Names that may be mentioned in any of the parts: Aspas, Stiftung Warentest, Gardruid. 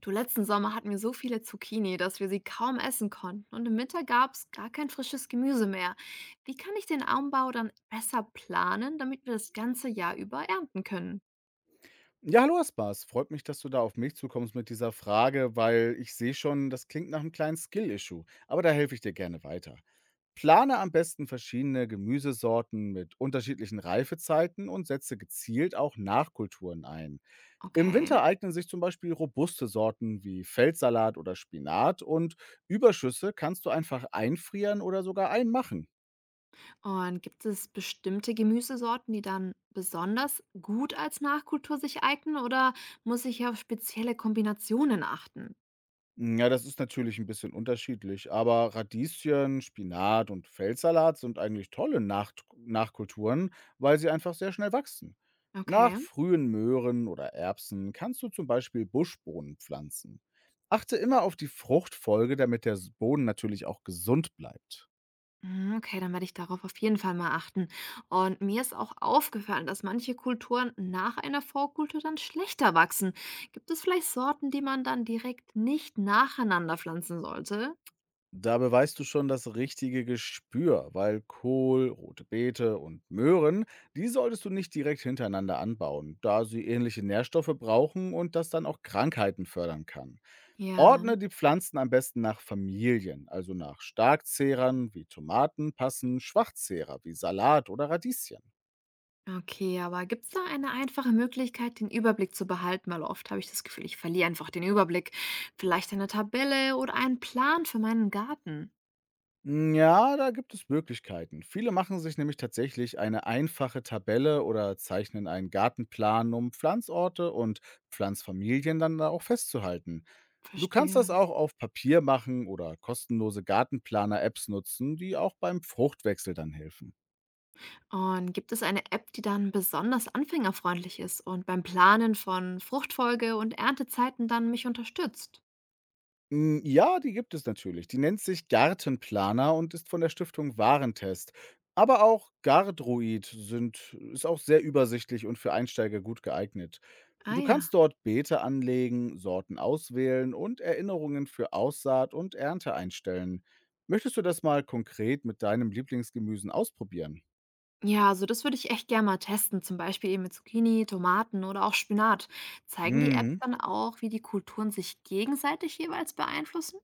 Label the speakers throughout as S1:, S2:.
S1: Du, letzten Sommer hatten wir so viele Zucchini, dass wir sie kaum essen konnten. Und im Winter gab es gar kein frisches Gemüse mehr. Wie kann ich den Anbau dann besser planen, damit wir das ganze Jahr über ernten können?
S2: Ja, hallo Aspas. Freut mich, dass du da auf mich zukommst mit dieser Frage, weil ich sehe schon, das klingt nach einem kleinen Skill-Issue, aber da helfe ich dir gerne weiter. Plane am besten verschiedene Gemüsesorten mit unterschiedlichen Reifezeiten und setze gezielt auch Nachkulturen ein. Im
S1: Okay.
S2: Winter eignen sich zum Beispiel robuste Sorten wie Feldsalat oder Spinat und Überschüsse kannst du einfach einfrieren oder sogar einmachen.
S1: Und gibt es bestimmte Gemüsesorten, die dann besonders gut als Nachkultur sich eignen oder muss ich auf spezielle Kombinationen achten?
S2: Ja, das ist natürlich ein bisschen unterschiedlich, aber Radieschen, Spinat und Feldsalat sind eigentlich tolle Nacht Nachkulturen, weil sie einfach sehr schnell wachsen. Nach
S1: Okay.
S2: frühen Möhren oder Erbsen kannst du zum Beispiel Buschbohnen pflanzen. Achte immer auf die Fruchtfolge, damit der s Boden natürlich auch gesund bleibt.
S1: Mhm, okay, dann werde ich darauf auf jeden Fall mal achten. Und mir ist auch aufgefallen, dass manche Kulturen nach einer Vorkultur dann schlechter wachsen. Gibt es vielleicht Sorten, die man dann direkt nicht nacheinander pflanzen sollte?
S2: Da beweist du schon das richtige Gespür, weil Kohl, rote Beete und Möhren, die solltest du nicht direkt hintereinander anbauen, da sie ähnliche Nährstoffe brauchen und das dann auch Krankheiten fördern kann.
S1: Ja,
S2: Ordne die Pflanzen am besten nach Familien, also nach Starkzehrern wie Tomaten passen Schwachzehrer wie Salat oder Radieschen.
S1: okay, aber gibt es da eine einfache Möglichkeit, den Überblick zu behalten? Weil oft habe ich das Gefühl, ich verliere einfach den Überblick. Vielleicht eine Tabelle oder einen Plan für meinen Garten.
S2: Ja, da gibt es Möglichkeiten. Viele machen sich nämlich tatsächlich eine einfache Tabelle oder zeichnen einen Gartenplan, um Pflanzorte und Pflanzfamilien dann da auch festzuhalten. Du kannst das
S1: Verstehe.
S2: auch auf Papier machen oder kostenlose Gartenplaner-Apps nutzen, die auch beim Fruchtwechsel dann helfen.
S1: Und gibt es eine App, die dann besonders anfängerfreundlich ist und beim Planen von Fruchtfolge und Erntezeiten dann mich unterstützt?
S2: Ja, die gibt es natürlich. Die nennt sich Gartenplaner und ist von der Stiftung Warentest. Aber auch Gardruid sind ist auch sehr übersichtlich und für Einsteiger gut geeignet.
S1: Ah
S2: Du
S1: ja.
S2: kannst dort Beete anlegen, Sorten auswählen und Erinnerungen für Aussaat und Ernte einstellen. Möchtest du das mal konkret mit deinem Lieblingsgemüsen ausprobieren?
S1: Ja, also das würde ich echt gerne mal testen, zum Beispiel eben mit Zucchini, Tomaten oder auch Spinat. Zeigen die Apps
S2: Mhm.
S1: dann auch, wie die Kulturen sich gegenseitig jeweils beeinflussen?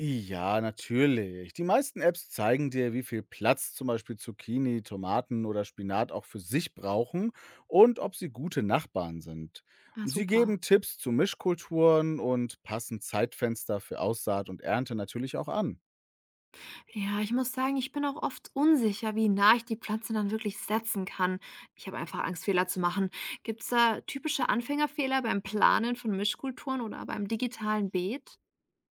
S2: Ja, natürlich. Die meisten Apps zeigen dir, wie viel Platz zum Beispiel Zucchini, Tomaten oder Spinat auch für sich brauchen und ob sie gute Nachbarn sind.
S1: Ah,
S2: Sie
S1: super.
S2: geben Tipps zu Mischkulturen und passen Zeitfenster für Aussaat und Ernte natürlich auch an.
S1: Ja, ich muss sagen, ich bin auch oft unsicher, wie nah ich die Pflanze dann wirklich setzen kann. Ich habe einfach Angst, Fehler zu machen. Gibt es da typische Anfängerfehler beim Planen von Mischkulturen oder beim digitalen Beet?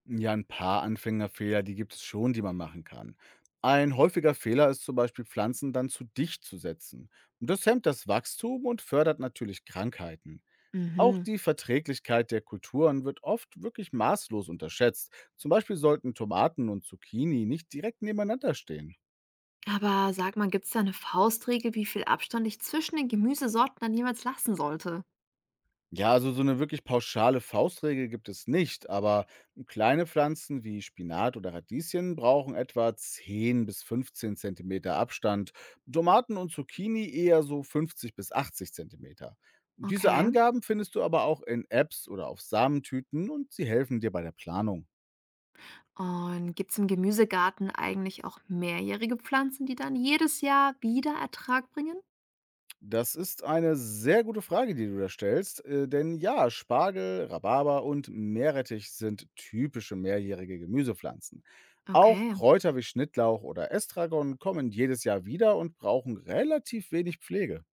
S2: Ja, ein paar Anfängerfehler, die gibt es schon, die man machen kann. Ein häufiger Fehler ist zum Beispiel, Pflanzen dann zu dicht zu setzen. Das hemmt das Wachstum und fördert natürlich Krankheiten. Auch
S1: Mhm.
S2: die Verträglichkeit der Kulturen wird oft wirklich maßlos unterschätzt. Zum Beispiel sollten Tomaten und Zucchini nicht direkt nebeneinander stehen.
S1: Aber sag mal, gibt es da eine Faustregel, wie viel Abstand ich zwischen den Gemüsesorten dann jeweils lassen sollte?
S2: Ja, also so eine wirklich pauschale Faustregel gibt es nicht, aber kleine Pflanzen wie Spinat oder Radieschen brauchen etwa 10 bis 15 Zentimeter Abstand, Tomaten und Zucchini eher so 50 bis 80 Zentimeter. Diese
S1: Okay.
S2: Angaben findest du aber auch in Apps oder auf Samentüten und sie helfen dir bei der Planung.
S1: Und gibt es im Gemüsegarten eigentlich auch mehrjährige Pflanzen, die dann jedes Jahr wieder Ertrag bringen?
S2: Das ist eine sehr gute Frage, die du da stellst, denn ja, Spargel, Rhabarber und Meerrettich sind typische mehrjährige Gemüsepflanzen. Auch
S1: Okay.
S2: Kräuter wie Schnittlauch oder Estragon kommen jedes Jahr wieder und brauchen relativ wenig Pflege.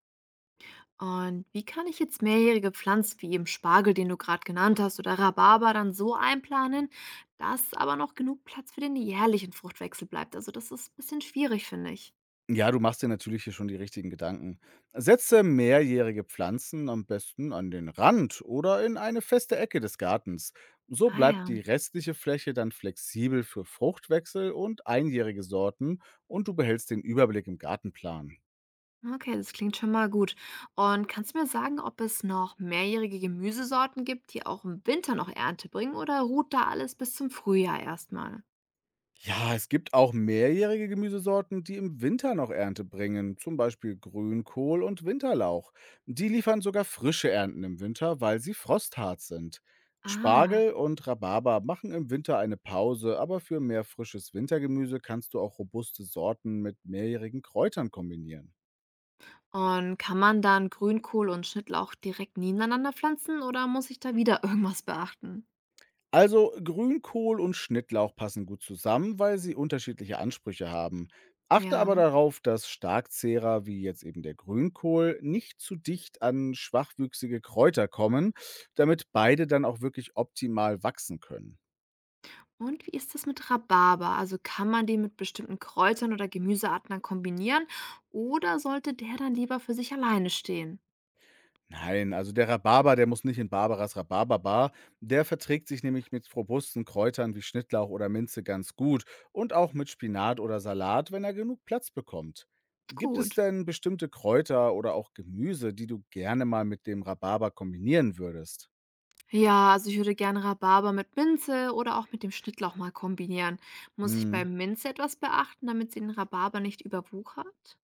S1: Und wie kann ich jetzt mehrjährige Pflanzen wie eben Spargel, den du gerade genannt hast, oder Rhabarber dann so einplanen, dass aber noch genug Platz für den jährlichen Fruchtwechsel bleibt? Also das ist ein bisschen schwierig, finde ich.
S2: Ja, du machst dir natürlich hier schon die richtigen Gedanken. Setze mehrjährige Pflanzen am besten an den Rand oder in eine feste Ecke des Gartens. So
S1: Ah
S2: bleibt
S1: ja,
S2: die restliche Fläche dann flexibel für Fruchtwechsel und einjährige Sorten und du behältst den Überblick im Gartenplan.
S1: okay, das klingt schon mal gut. Und kannst du mir sagen, ob es noch mehrjährige Gemüsesorten gibt, die auch im Winter noch Ernte bringen, oder ruht da alles bis zum Frühjahr erstmal?
S2: Ja, es gibt auch mehrjährige Gemüsesorten, die im Winter noch Ernte bringen, zum Beispiel Grünkohl und Winterlauch. Die liefern sogar frische Ernten im Winter, weil sie frosthart sind.
S1: Ah.
S2: Spargel und Rhabarber machen im Winter eine Pause, aber für mehr frisches Wintergemüse kannst du auch robuste Sorten mit mehrjährigen Kräutern kombinieren.
S1: Und kann man dann Grünkohl und Schnittlauch direkt nebeneinander pflanzen oder muss ich da wieder irgendwas beachten?
S2: Also Grünkohl und Schnittlauch passen gut zusammen, weil sie unterschiedliche Ansprüche haben. Achte aber
S1: Ja.
S2: darauf, dass Starkzehrer wie jetzt eben der Grünkohl nicht zu dicht an schwachwüchsige Kräuter kommen, damit beide dann auch wirklich optimal wachsen können.
S1: Und wie ist das mit Rhabarber? Also kann man den mit bestimmten Kräutern oder Gemüsearten dann kombinieren oder sollte der dann lieber für sich alleine stehen?
S2: Nein, also der Rhabarber, der muss nicht in Barbaras Rhabarberbar. Der verträgt sich nämlich mit robusten Kräutern wie Schnittlauch oder Minze ganz gut und auch mit Spinat oder Salat, wenn er genug Platz bekommt. Gibt es
S1: Gut.
S2: denn bestimmte Kräuter oder auch Gemüse, die du gerne mal mit dem Rhabarber kombinieren würdest?
S1: Ja, also ich würde gerne Rhabarber mit Minze oder auch mit dem Schnittlauch mal kombinieren. Muss ich bei
S2: Hm.
S1: Minze etwas beachten, damit sie den Rhabarber nicht überwuchert?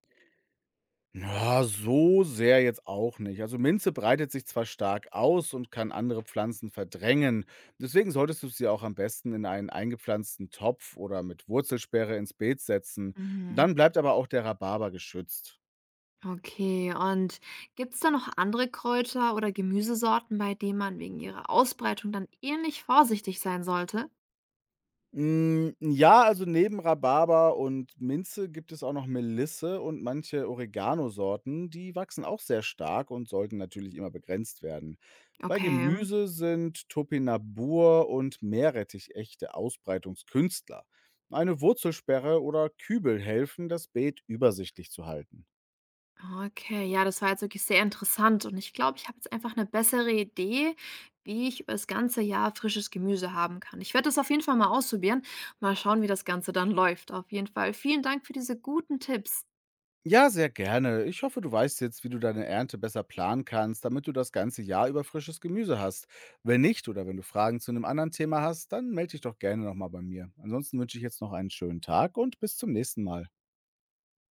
S2: Na, so sehr jetzt auch nicht. Also Minze breitet sich zwar stark aus und kann andere Pflanzen verdrängen. Deswegen solltest du sie auch am besten in einen eingepflanzten Topf oder mit Wurzelsperre ins Beet setzen.
S1: Mhm.
S2: Dann bleibt aber auch der Rhabarber geschützt.
S1: Okay, und gibt es da noch andere Kräuter oder Gemüsesorten, bei denen man wegen ihrer Ausbreitung dann ähnlich vorsichtig sein sollte?
S2: Ja, also neben Rhabarber und Minze gibt es auch noch Melisse und manche Oregano-Sorten, die wachsen auch sehr stark und sollten natürlich immer begrenzt werden. Bei
S1: Okay.
S2: Gemüse sind Topinambur und Meerrettich echte Ausbreitungskünstler. Eine Wurzelsperre oder Kübel helfen, das Beet übersichtlich zu halten.
S1: Okay, ja, das war jetzt wirklich sehr interessant und ich glaube, ich habe jetzt einfach eine bessere Idee, wie ich über das ganze Jahr frisches Gemüse haben kann. Ich werde das auf jeden Fall mal ausprobieren. Mal schauen, wie das Ganze dann läuft. Auf jeden Fall vielen Dank für diese guten Tipps.
S2: Ja, sehr gerne. Ich hoffe, du weißt jetzt, wie du deine Ernte besser planen kannst, damit du das ganze Jahr über frisches Gemüse hast. Wenn nicht oder wenn du Fragen zu einem anderen Thema hast, dann melde dich doch gerne nochmal bei mir. Ansonsten wünsche ich jetzt noch einen schönen Tag und bis zum nächsten Mal.